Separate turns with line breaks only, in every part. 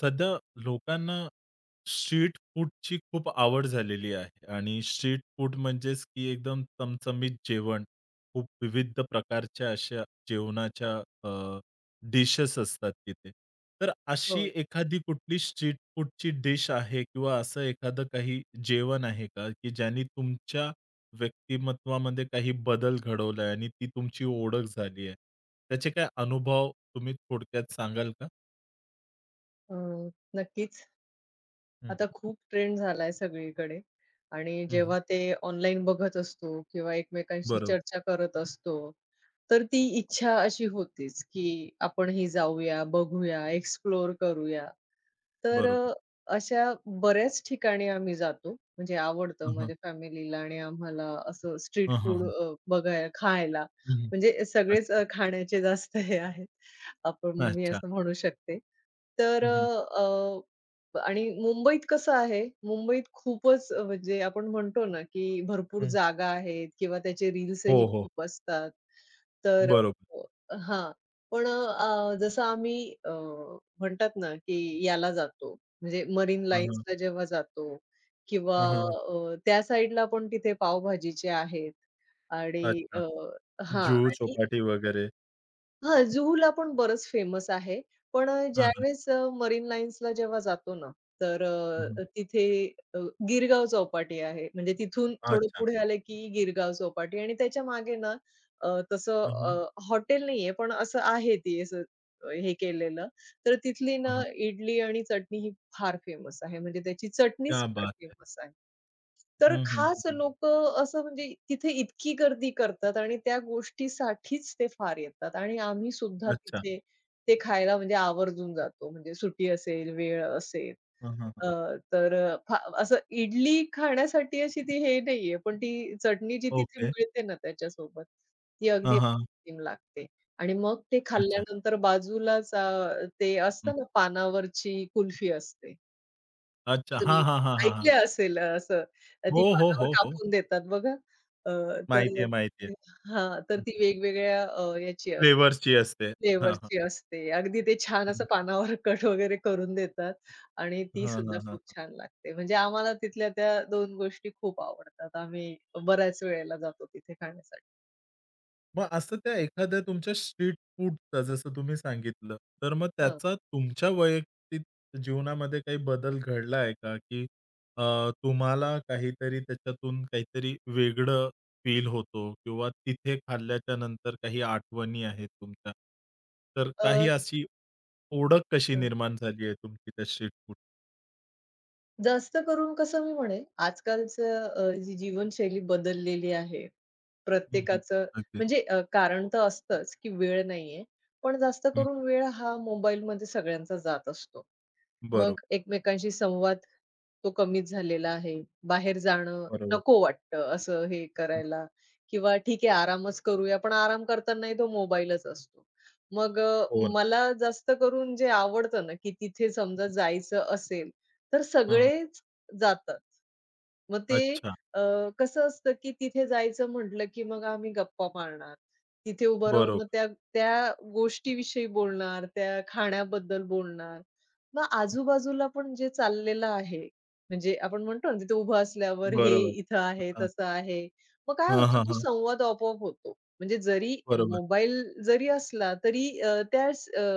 सध्या लोकांना स्ट्रीट फूडची खूप आवड झालेली आहे आणि स्ट्रीट फूड म्हणजेच की एकदम चमचमीत जेवण. खूप विविध प्रकारच्या अशा जेवणाच्या अ, डिशेस असतात तिथे. तर अशी
हो.
एखादी कुठली स्ट्रीट फूडची डिश आहे किंवा असं एखादं काही जेवण आहे का, की ज्याने तुमच्या व्यक्तिमत्वामध्ये काही बदल घडवलाय आणि ती तुमची ओळख झाली आहे? त्याचे काय अनुभव तुम्ही थोडक्यात सांगाल का?
अ, नक्कीच.
हं, हं.
आता खूप ट्रेंड झालाय सगळीकडे आणि जेव्हा ते ऑनलाईन बघत असतो किंवा एकमेकांशी
बरोबर,
चर्चा करत असतो, तर ती इच्छा अशी होतेच, की आपणही जाऊया, बघूया, एक्सप्लोर करूया. तर
बरोबर.
अशा बऱ्याच ठिकाणी आम्ही जातो. म्हणजे आवडतं
हं, हं.
म्हणजे फॅमिलीला आणि आम्हाला असं स्ट्रीट
हं, हं,
फूड
हं.
बघायला, खायला.
हं, हं.
म्हणजे सगळेच
अच्छा,
खाण्याचे जास्त हे आहेत. आपण मी
अच्छा.
असं म्हणू शकते. तर
हं, हं.
अ, अ, आणि मुंबईत कसं आहे, मुंबईत खूपच म्हणजे आपण म्हणतो ना, की भरपूर
हं.
जागा आहेत किंवा त्याचे
हो,
रील्सही
हो.
खूप असतात. तर
बरोबर.
हां. पण जसं आम्ही म्हणतात ना, की याला जातो, म्हणजे मरीन
हं, हं.
लाईन्सला जेव्हा जातो किंवा
हं, हं.
त्या साईडला पण तिथे पावभाजीचे आहेत आणि
अच्छा.
हां
जुहू
आणि
चौपाटी वगैरे.
हां, जुहूला पण बरंच फेमस आहे. पण
हं, हं.
ज्यावेळेस मरीन लाईन्सला जेव्हा जातो ना, तर
हं, हं.
तिथे अ, गिरगाव चौपाटी आहे. म्हणजे तिथून थोडं
अच्छा.
पुढे आलं की गिरगाव चौपाटी आणि त्याच्या मागे ना तसं
हं, हं.
हॉटेल नाहीये, पण असं आहे ते असं हे केलेलं. तर तिथली
हं,
ना
हं.
इडली आणि चटणी ही फार फेमस आहे. म्हणजे त्याची चटणीच
क्या
फार
बात है!
फेमस आहे. तर
हं, हं, हं,
खास
हं.
लोक असं म्हणजे तिथे इतकी गर्दी करतात आणि त्या गोष्टीसाठीच ते फार येतात आणि आम्ही सुद्धा
अच्छा.
तिथे ते खायला म्हणजे आवर्जून जातो. म्हणजे सुट्टी असेल, वेळ असेल
हं, हं. हं.
अ, तर फा असं इडली खाण्यासाठी अशी ती हे नाहीये, पण ती चटणी जी तिथे
ओके.
मिळते ना त्याच्यासोबत, ती
हं,
अगदी
हं.
अप्रतिम लागते. आणि मग ते
अच्छा.
खाल्ल्यानंतर बाजूलाच ते
हं.
असतं ना पानावरची कुल्फी असते.
अच्छा. हां,
तुम्ही
हां, हां, हां, हां.
ऐकलं असेल असं
हो,
ती
हो,
पानावर
हो, हो.
कापून देतात बघा. अ, तर
माहिती आहे, माहिती आहे.
हां, तर
हं,
ती
हं.
वेगवेगळ्या याची असते
फ्लेवर्सची असते. हां, हां.
फ्लेवरची असते. अगदी ते छान
हं,
असं
हं.
पानावर कट वगैरे करून देतात आणि ती
हां, हां,
सुद्धा
हां.
खूप छान लागते. म्हणजे आम्हाला तिथल्या त्या दोन गोष्टी खूप आवडतात. आम्ही बऱ्याच वेळेला जातो तिथे खाण्यासाठी.
मग असं त्या एखाद्या तुमच्या स्ट्रीट फूडचं जसं तुम्ही सांगितलं, तर मग
हं.
त्याचा तुमच्या वैयक्तिक जीवनामध्ये काही बदल घडला आहे का? की तुम्हाला काहीतरी त्याच्यातून काहीतरी वेगळं फील होतो किंवा तिथे खाल्ल्याच्या नंतर काही आठवणी आहेत तुमच्या. तर काही अशी ओळख कशी
अ,
निर्माण झाली आहे तुमची त्या स्ट्रीट फूड
जास्त करून कसं मी म्हणेन, आजकालचं जी जीवनशैली बदललेली आहे.
हं, हं.
प्रत्येकाचं
अगदीच.
म्हणजे कारण तर असतंच की वेळ नाहीये. पण जास्त
हं.
करून वेळ हा मोबाईलमध्ये सगळ्यांचा जात असतो.
बरोबर,
मग एकमेकांशी संवाद तो कमीच झालेला आहे. बाहेर जाणं
बरोबर.
नको वाटतं असं हे
हं.
करायला किंवा ठीक आहे आरामच करूया, पण आराम करतानाही तो मोबाईलच असतो. मग
हो ना.
मला जास्त करून जे आवडतं ना, की तिथे समजा जायचं असेल, तर
हां, हां.
सगळेच जातात. मग ते
अच्छा.
अ, कसं असतं, की तिथे जायचं म्हटलं, की मग आम्ही गप्पा मारणार. तिथे उभं राहून
बरोबर.
मग त्या त्या गोष्टीविषयी बोलणार, त्या खाण्याबद्दल बोलणार. मग
हं.
आजूबाजूला पण जे चाललेलं आहे, म्हणजे आपण म्हणतो ना, तिथे उभं असल्यावर हे
बरोबर.
इथं आहे,
हां.
तसं आहे. मग काय होतं, तो
हां,
संवाद आपोआप होतो. म्हणजे जरी
बरोबर.
मोबाईल जरी असला, तरी त्या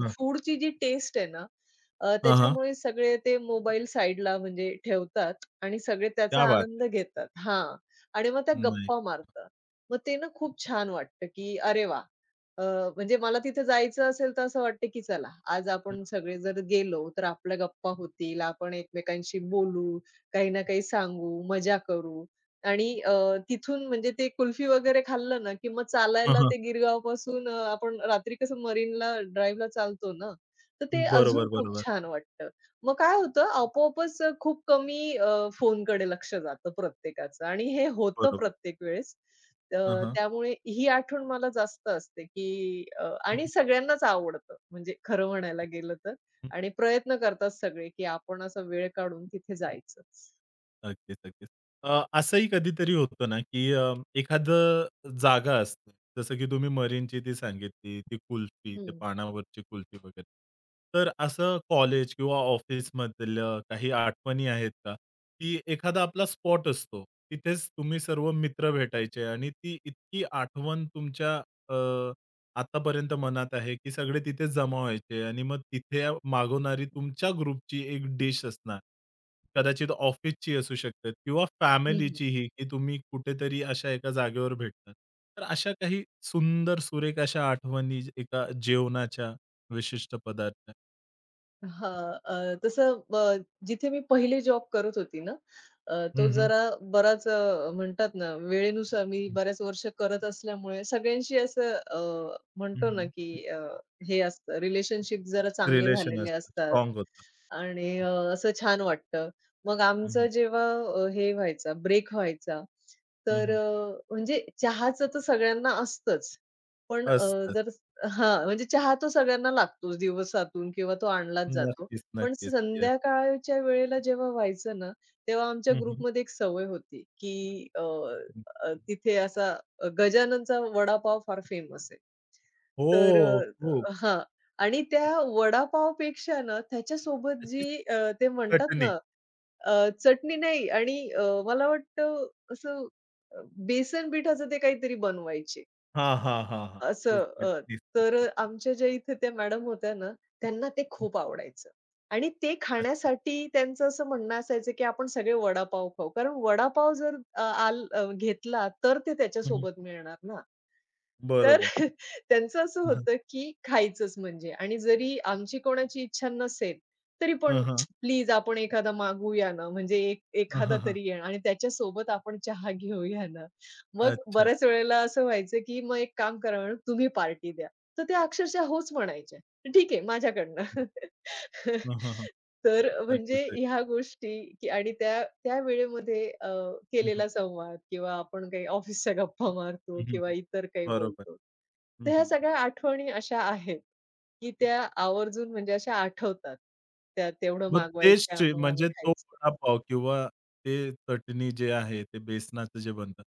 हां.
फूडची जी टेस्ट आहे ना,
हां, हां.
त्याच्यामुळे सगळे ते मोबाईल साइडला म्हणजे ठेवतात आणि सगळे
क्या
त्याचा
बात है!
आनंद घेतात. हां. आणि मग त्या
नाही.
गप्पा मारतात. मग ते ना खूप छान वाटतं, की अरे वाह! अ, म्हणजे मला तिथे जायचं असेल तर असं वाटतं, की चला आज आपण सगळे जर गेलो, तर आपल्या गप्पा होतील, आपण एकमेकांशी बोलू, काही ना काही सांगू, मजा करू आणि तिथून म्हणजे ते कुल्फी वगैरे खाल्लं ना, की मग
हां,
चालायला
हां.
ते गिरगावपासून आपण रात्री कसं मरीनला ड्राईव्हला चालतो ना, तर ते
बरोबर,
अजून खूप
बरोबर,
छान वाटतं. मग काय होतं आपोआपच खूप कमी फोनकडे लक्ष जातं प्रत्येकाचं आणि हे होतं
बरोबर.
प्रत्येक वेळेस.
हां, हां.
त्यामुळे ही आठवण मला जास्त असते, की
हं,
आणि
हं.
सगळ्यांनाच आवडतं म्हणजे खरं म्हणायला गेलं तर
हं.
आणि प्रयत्न करतात सगळे, की आपण असा वेळ काढून तिथे जायचं.
अगदीच, अगदीच. असंही कधीतरी होतं ना, की एखादं जागा असते. जसं की तुम्ही मरीनची ती सांगितली, ती कुल्फी, त्या
हं,
पानावरची कुल्फी वगैरे. तर असं कॉलेज किंवा ऑफिसमधलं काही आठवणी आहेत का, की एखादा आपला स्पॉट असतो. तिथेच तुम्ही सर्व मित्र भेटायचे आणि ती इतकी आठवण तुमच्या अ आतापर्यंत मनात आहे, की सगळे तिथेच जमा व्हायचे आणि मग तिथे मागवणारी तुमच्या ग्रुपची एक डिश असणार. कदाचित ऑफिसची असू शकते किंवा
हं, हं.
फॅमिलीचीही, की तुम्ही कुठेतरी अशा एका जागेवर भेटतात. तर अशा काही सुंदर सुरेख अशा आठवणी एका जेवणाच्या विशिष्ट पदार्थ.
अ, तसं जिथे मी पहिले जॉब करत होती ना,
हं,
तो
हं.
जरा बराच म्हणतात ना, वेळेनुसार मी बऱ्याच वर्ष करत असल्यामुळे सगळ्यांशी असं
हं,
म्हणतो ना,
हं.
की हे असतं रिलेशनशिप जरा चांगले
रिलेशन
झालेले
असतं.
असतात.
स्ट्राँग होतं.
आणि असं छान वाटतं. मग
हं,
आमचं
हं.
जेव्हा हे व्हायचा, ब्रेक व्हायचा, तर म्हणजे चहाचं तर सगळ्यांना असतंच. पण
असतं.
जर हां, म्हणजे चहा तो सगळ्यांना लागतोच दिवसातून किंवा तो आणलाच जातो.
नक्कीच,
पण
नक्कीच. येस.
संध्याकाळच्या वेळेला जेव्हा व्हायचं ना, तेव्हा आमच्या
हं, हं.
ग्रुपमध्ये एक सवय होती, की अ, अ, तिथे असा गजाननचा वडापाव फार फेमस आहे. तर
हो. खूप.
हां. आणि त्या वडापावपेक्षा ना त्याच्यासोबत
त्याची
जी ते म्हणतात
चटणी.
ना अ, चटणी नाही आणि मला वाटतं असं अ, बेसन पिठाचं ते काहीतरी बनवायचे.
हां, हां, हां, हां. तेच
असं
तेच, तेच,
तर
तेच.
आमच्या ज्या इथे त्या मॅडम होत्या ना, त्यांना ते
हं,
खूप आवडायचं. आणि ते
अच्छा.
खाण्यासाठी त्यांचं असं म्हणणं असायचं, की आपण सगळे वडापाव खाऊ. कारण वडापाव जर घेतला तर ते
हं, हं.
त्याच्यासोबत मिळणार ना. तर
बरोबर.
त्यांचं असं
हं, हं.
होतं, की खायचंच म्हणजे आणि जरी आमची कोणाची इच्छा नसेल, तरी
हं,
पण
हं.
प्लीज आपण एखादा मागूया ना, म्हणजे एक
हं,
एखादा
हं,
तरी येणार आणि त्याच्यासोबत आपण चहा घेऊया ना. मग
अच्छा.
बऱ्याच वेळेला असं व्हायचं, की मग एक काम करा मॅडम तुम्ही पार्टी द्या. तर त्या अक्षरशः होच म्हणायच्या. ठीक आहे माझ्याकडनं.
हं, हं, हं.
तर
अगदीच,
म्हणजे
अगदी.
ह्या गोष्टी की आणि त्या त्या वेळेमध्ये
हं, हं.
केलेला संवाद किंवा आपण काही ऑफिसच्या गप्पा मारतो
हं,
किंवा
हं,
इतर काही
बरोबर.
बोलतो.
हं,
तर
हं,
ह्या
हं.
सगळ्या आठवणी अशा आहेत, की त्या आवर्जून म्हणजे अशा आठवतात. त्या तेवढं
मग तेच
मागवायच्या
स्ट्री
मग आम्ही
म्हणजे तो
खायचो.
वडापाव किंवा ते चटणी जे आहे, ते बेसनाचं जे बनतं,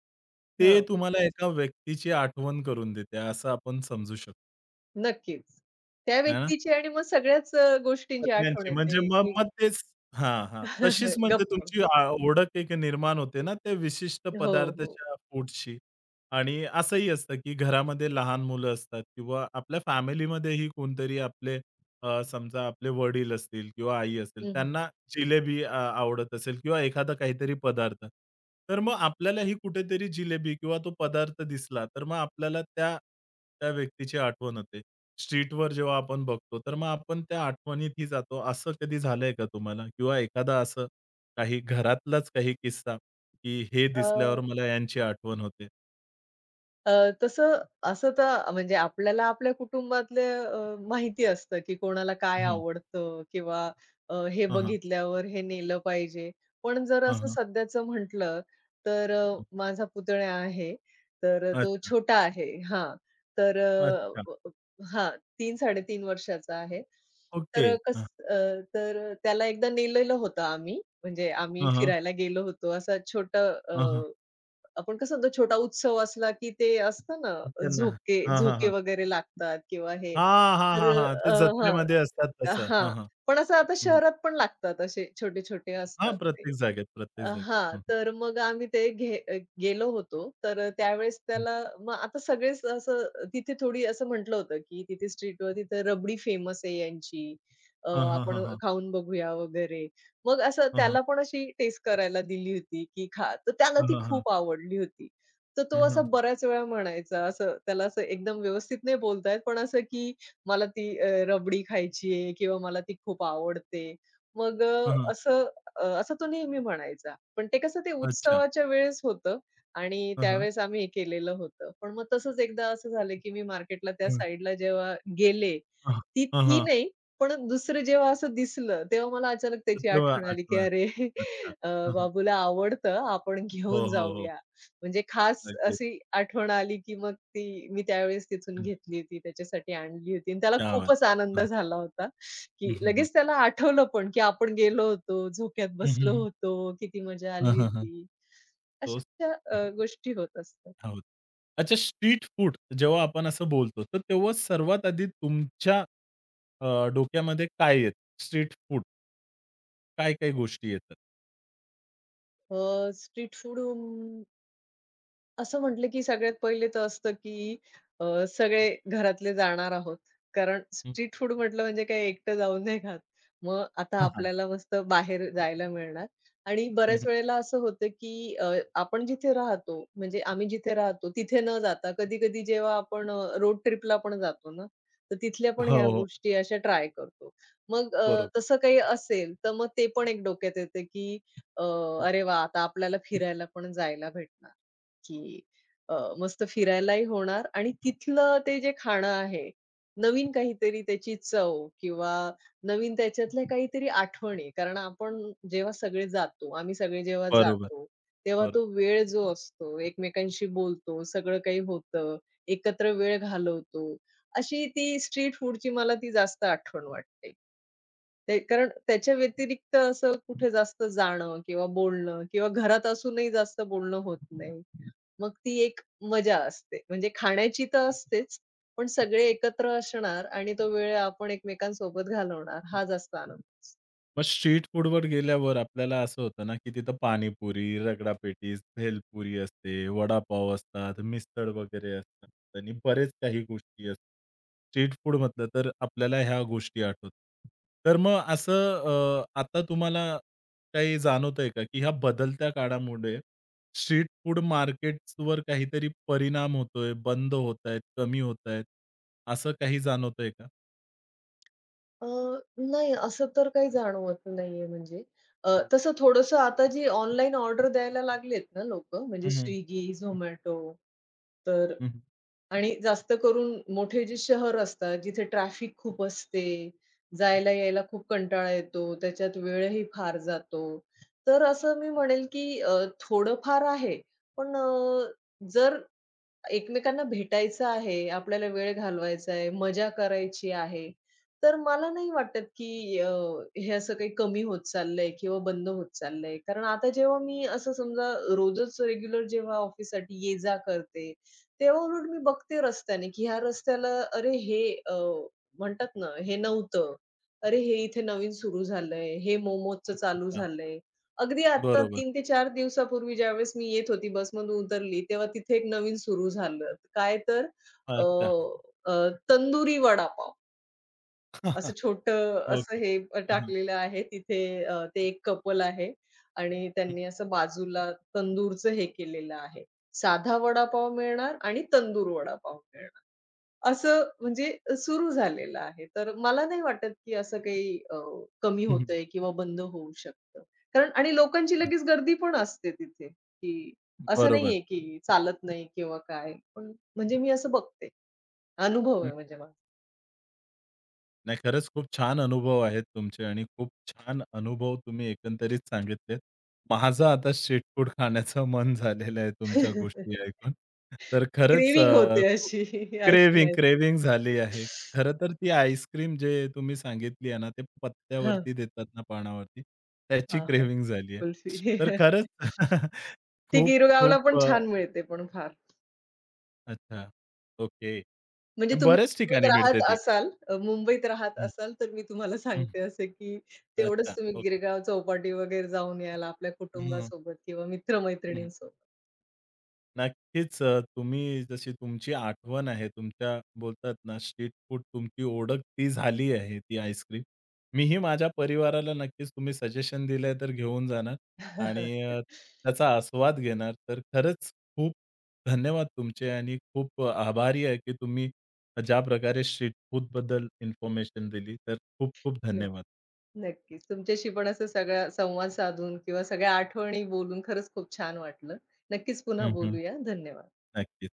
ते तुम्हाला एका व्यक्तीची आठवण करून देते, असं आपण समजू शकतो,
नक्कीच. त्या
है ना?
व्यक्तीची आणि मग सगळ्याच अ, गो गोष्टींची आठवण
सगळ्यांची म्हणजे
येते,
मग
की
मग तेच हां, हां. तशीच म्हणजे
गप्प.
तुमची ओळख एक निर्माण होते ना त्या विशिष्ट
हो, हो.
पदार्थाच्या फूडशी. आणि असंही असतं, की घरामध्ये लहान मुलं असतात किंवा आपल्या फॅमिलीमध्येही कोणतरी आपले समजा आपले वडील असतील किंवा आई असेल,
हं, हं.
त्यांना जिलेबी आवडत असेल किंवा एखादा काहीतरी पदार्थ. तर मग आपल्यालाही कुठेतरी जिलेबी किंवा तो पदार्थ दिसला, तर मग आपल्याला त्या त्या व्यक्तीची आठवण होते. स्ट्रीटवर जेव्हा आपण बघतो, तर मग आपण त्या आठवणीतही जातो. असं कधी झालंय का तुम्हाला? किंवा एखादा असं काही घरातलाच काही किस्सा, की हे
अ
दिसल्यावर मला यांची आठवण होते?
अ, तसं असं तर म्हणजे आपल्याला आपल्या कुटुंबातले माहिती असतं, की कोणाला काय
हं.
आवडतं किंवा हे
हां, हां.
बघितल्यावर हे नेलं पाहिजे. पण जर असं
हां,
सध्याचं म्हटलं, तर माझा पुतण्या आहे, तर तो
अच्छा,
छोटा आहे हां. तर
अच्छा.
अ, हां, तीन 35 वर्षाचा आहे. तर
ओके.
अ,
हां.
अ, तर त्याला एकदा नेलेलं होतं आम्ही, म्हणजे आम्ही
हां, हां.
फिरायला गेलो होतो. असा छोटा आपण कसं म्हणतो छोटा उत्सव असला की ते असतं ना,
त्यांना
झोके
हां, हां,
झोके
हां.
वगैरे लागतात किंवा हे.
हां, हां,
तर
हां, हां. ते
अ, हां.
जत्रेमध्ये असतात तसं.
हां.
हां, हां.
पण असं आता
हं.
शहरात पण लागतात असे छोटे-छोटे
हां,
असतात ते.
प्रत्येक जागेत, प्रत्येक जागेत.
हां.
हं,
तर मग आम्ही गेलो होतो. तर त्यावेळेस
हं.
त्याला मग आता सगळेच असं तिथे थोडी असं म्हटलं होतं, की तिथे स्ट्रीटवर तिथे रबडी फेमस आहे यांची.
हां, हां, हां,
आपण
हां.
खाऊन बघूया वगैरे. मग असं
हां, हां.
त्याला पण अशी टेस्ट करायला दिली होती, की खा. तर त्याला
हां,
ती
हां, हां.
खूप आवडली होती. तर तो
हां, हां,
असा
हां.
बऱ्याच वेळा म्हणायचा असं त्याला असं एकदम व्यवस्थित नाही बोलता पण असं की मला ती रबडी खायची आहे किंवा मला ती खूप आवडते. मग असं तो नेहमी म्हणायचा. पण ते कसं ते
अच्छा.
उत्सवाच्या वेळेस होतं आणि
हां, हां.
त्यावेळेस आम्ही हे केलेलं होतं. पण मग तसंच एकदा असं झालं, की मी मार्केटला त्या
हं.
साइडला जेव्हा गेले,
हां.
ती ती नाही, पण दुसरं जेव्हा असं दिसलं, तेव्हा मला अचानक
तर
त्याची
तेव्हा
आठवण आली, की
आठवा.
"अरे,
अच्छा.
अ,
हां, हां.
बाबूला आवडतं, आपण
हो,
घेऊन
हो, हो.
जाऊया." म्हणजे खास
नक्कीच.
अशी आठवण आली, की मग ती मी त्यावेळेस तिथून
हं.
घेतली होती, त्याच्यासाठी आणली होती आणि त्याला
क्या बात!
खूपच आनंद
हं,
झाला होता,
हं,
की
हं, हं.
लगेच त्याला आठवलं पण, की आपण गेलो होतो, झोक्यात
हं, हं,
बसलो
हं.
होतो, किती मजा
हं,
आली
हं, हं.
होती.
तोच.
अशा
हं, हं.
गोष्टी होत असतात.
हो. अच्छा स्ट्रीट फूड जेव्हा आपण असं बोलतो, तर तेव्हा सर्वात आधी तुमच्या अ, डोक्यामध्ये काय येतं? स्ट्रीट फूड काय-काय गोष्टी येतात?
स्ट्रीट फूड असं म्हटलं की सगळ्यात पहिले तर असतं की सगळे घरातले जाणार आहोत. कारण
हं.
स्ट्रीट फूड म्हटलं म्हणजे काही एकटं जाऊन नाही खात. मग आता
हां, हां.
आपल्याला मस्त बाहेर जायला मिळणार आणि
हं,
बऱ्याच
हं.
वेळेला असं होतं की आपण जिथे राहतो, म्हणजे आम्ही जिथे राहतो तिथे न जाता कधी-कधी जेव्हा आपण रोड ट्रिपला पण जातो ना, तर तिथल्या पण
हो,
ह्या
हो.
गोष्टी अशा ट्राय करतो. मग
बरोबर.
तसं काही असेल तर मग ते पण एक डोक्यात येतं की अ, "अरे वाह! आता आपल्याला फिरायला पण जायला भेटणार." की मस्त फिरायलाही होणार आणि तिथलं ते जे खाणं आहे, नवीन काहीतरी त्याची चव किंवा नवीन त्याच्यातल्या काहीतरी आठवणी. कारण आपण जेव्हा सगळे जातो, आम्ही सगळे जेव्हा
बरोबर,
जातो, तेव्हा
बरोबर.
तो वेळ जो असतो, एकमेकांशी बोलतो, सगळं काही होतं, एकत्र वेळ घालवतो. अशी ती स्ट्रीट फूडची मला ती जास्त आठवण वाटते. ते कारण त्याच्या व्यतिरिक्त असं कुठे जास्त जाणं किंवा बोलणं किंवा घरात असूनही जास्त बोलणं होत नाही. मग ती एक मजा असते. म्हणजे खाण्याची तर असतेच, पण सगळे एकत्र असणार आणि तो वेळ आपण एकमेकांसोबत घालवणार हा जास्त आनंद असतो.
मग स्ट्रीट फूडवर गेल्यावर आपल्याला असं होतं ना, की तिथं पाणीपुरी, रगडापेटीस, भेलपुरी असते, वडापाव असतात, मिसळ वगैरे असतात आणि बरेच काही गोष्टी असतात. स्ट्रीट फूड म्हटलं तर आपल्याला ह्या गोष्टी आठवतात. तर मग असं आता तुम्हाला काही जाणवतंय का, की ह्या बदलत्या काळामुळे स्ट्रीट फूड मार्केट्सवर काहीतरी परिणाम होतोय, बंद होतायत, कमी होतायत, असं काही जाणवतंय का?
अ, नाही असं तर काही जाणवत नाहीये म्हणजे. तसं थोडंसं आता जी ऑनलाईन ऑर्डर द्यायला लागलेत ना लोकं म्हणजे
हं, हं.
Swiggy,
हं.
Zomato तर आणि जास्त करून मोठे जे शहर असतात, जिथे ट्रॅफिक खूप असते, जायला-यायला खूप कंटाळा येतो, त्याच्यात वेळही फार जातो. तर असं मी म्हणेल, की थोडंफार आहे. पण जर एकमेकांना भेटायचं आहे, आपल्याला वेळ घालवायचा आहे, मजा करायची आहे. तर मला नाही वाटत, की हे असं काही कमी होत चाललंय किंवा बंद होत चाललंय. कारण आता जेव्हा मी असं समजा रोजच रेग्युलर जेव्हा ऑफिससाठी ये-जा करते, तेव्हा उलट मी बघते रस्त्याने, की ह्या रस्त्याला अरे हे अ, म्हणतात ना, हे नव्हतं. अरे हे इथे नवीन सुरू झालंय, हे मोमोजचं चालू
अच्छा.
झालंय. अगदी आता
बरोबर.
3 ते 4 दिवसापूर्वी ज्यावेळेस मी येत होती बसमधून उतरली, तेव्हा तिथे एक नवीन सुरू झालं. काय तर अ,
अच्छा.
अ, तंदुरी वडापाव असं छोटं असं
ओके.
हे
हां, हां.
टाकलेलं आहे तिथे ते एक कपल आहे आणि त्यांनी असं बाजूला तंदूरचं हे केलेलं आहे. साधा वडापाव मिळणार आणि तंदूर वडापाव मिळणार. असं म्हणजे सुरू झालेलं आहे. तर मला नाही वाटत, की असं काही कमी
हं, हं, हं.
होतंय किंवा बंद होऊ शकतं. कारण आणि लोकांची
अ,
लगेच गर्दी पण असते तिथे, की असं
बरोबर.
नाहीये, की चालत नाही किंवा काय. पण म्हणजे मी असं बघते. अनुभव
हं.
आहे म्हणजे माझा.
नाही खरंच खूप छान अनुभव आहेत तुमचे आणि खूप छान अनुभव तुम्ही एकंदरीत सांगितलेत. माझं आता स्ट्रीट फूड खाण्याचं मन झालेलं आहे तुमच्या गोष्टी ऐकून. तर खरंच
क्रेव्हिंग होते अशी
क्रेव्हिंग,
ऐकून-ऐकून.
क्रेव्हिंग झाली आहे. खरं तर ती आईस्क्रीम जे तुम्ही सांगितली आहे ना, ते
हां,
पत्त्यावरती देतात ना पानावरती, त्याची
हां, हां.
क्रेव्हिंग झाली आहे.
कुल्फी.
तर खरंच
ती
खूप
गिरगावला
खूप
पण छान मिळते पण फार.
अच्छा. ओके.
म्हणजे तुम्ही
बऱ्याच
मुंबईत
ठिकाणी मिळते
राहत
ती.
असाल
हं,
तर मी तुम्हाला
हं.
सांगते असं, की
अच्छा.
तेवढंच तुम्ही
ओके.
गिरगाव चौपाटी वगैरे जाऊन याल, आपल्या
हं,
कुटुंबासोबत किंवा
हं.
मित्र-मैत्रिणींसोबत.
नक्कीच तुम्ही जशी तुमची आठवण आहे, तुमच्या बोलतात ना स्ट्रीट फूड तुमची ओळख ती झाली आहे, ती आईस्क्रीम. मीही माझ्या परिवाराला नक्कीच तुम्ही सजेशन दिलंय तर घेऊन जाणार आणि त्याचा आस्वाद घेणार. तर खरंच खूप धन्यवाद तुमचे आणि खूप आभारी आहे, की तुम्ही ज्या प्रकारे स्ट्रीट फूडबद्दल इन्फॉर्मेशन दिली. तर खूप खूप
नक्क
धन्यवाद.
नक्कीच. तुमच्याशी पण असं सगळा संवाद साधून किंवा सगळ्या आठवणी बोलून खरंच खूप छान वाटलं. नक्कीच पुन्हा
हं, हं.
बोलूया. धन्यवाद.
नक्कीच.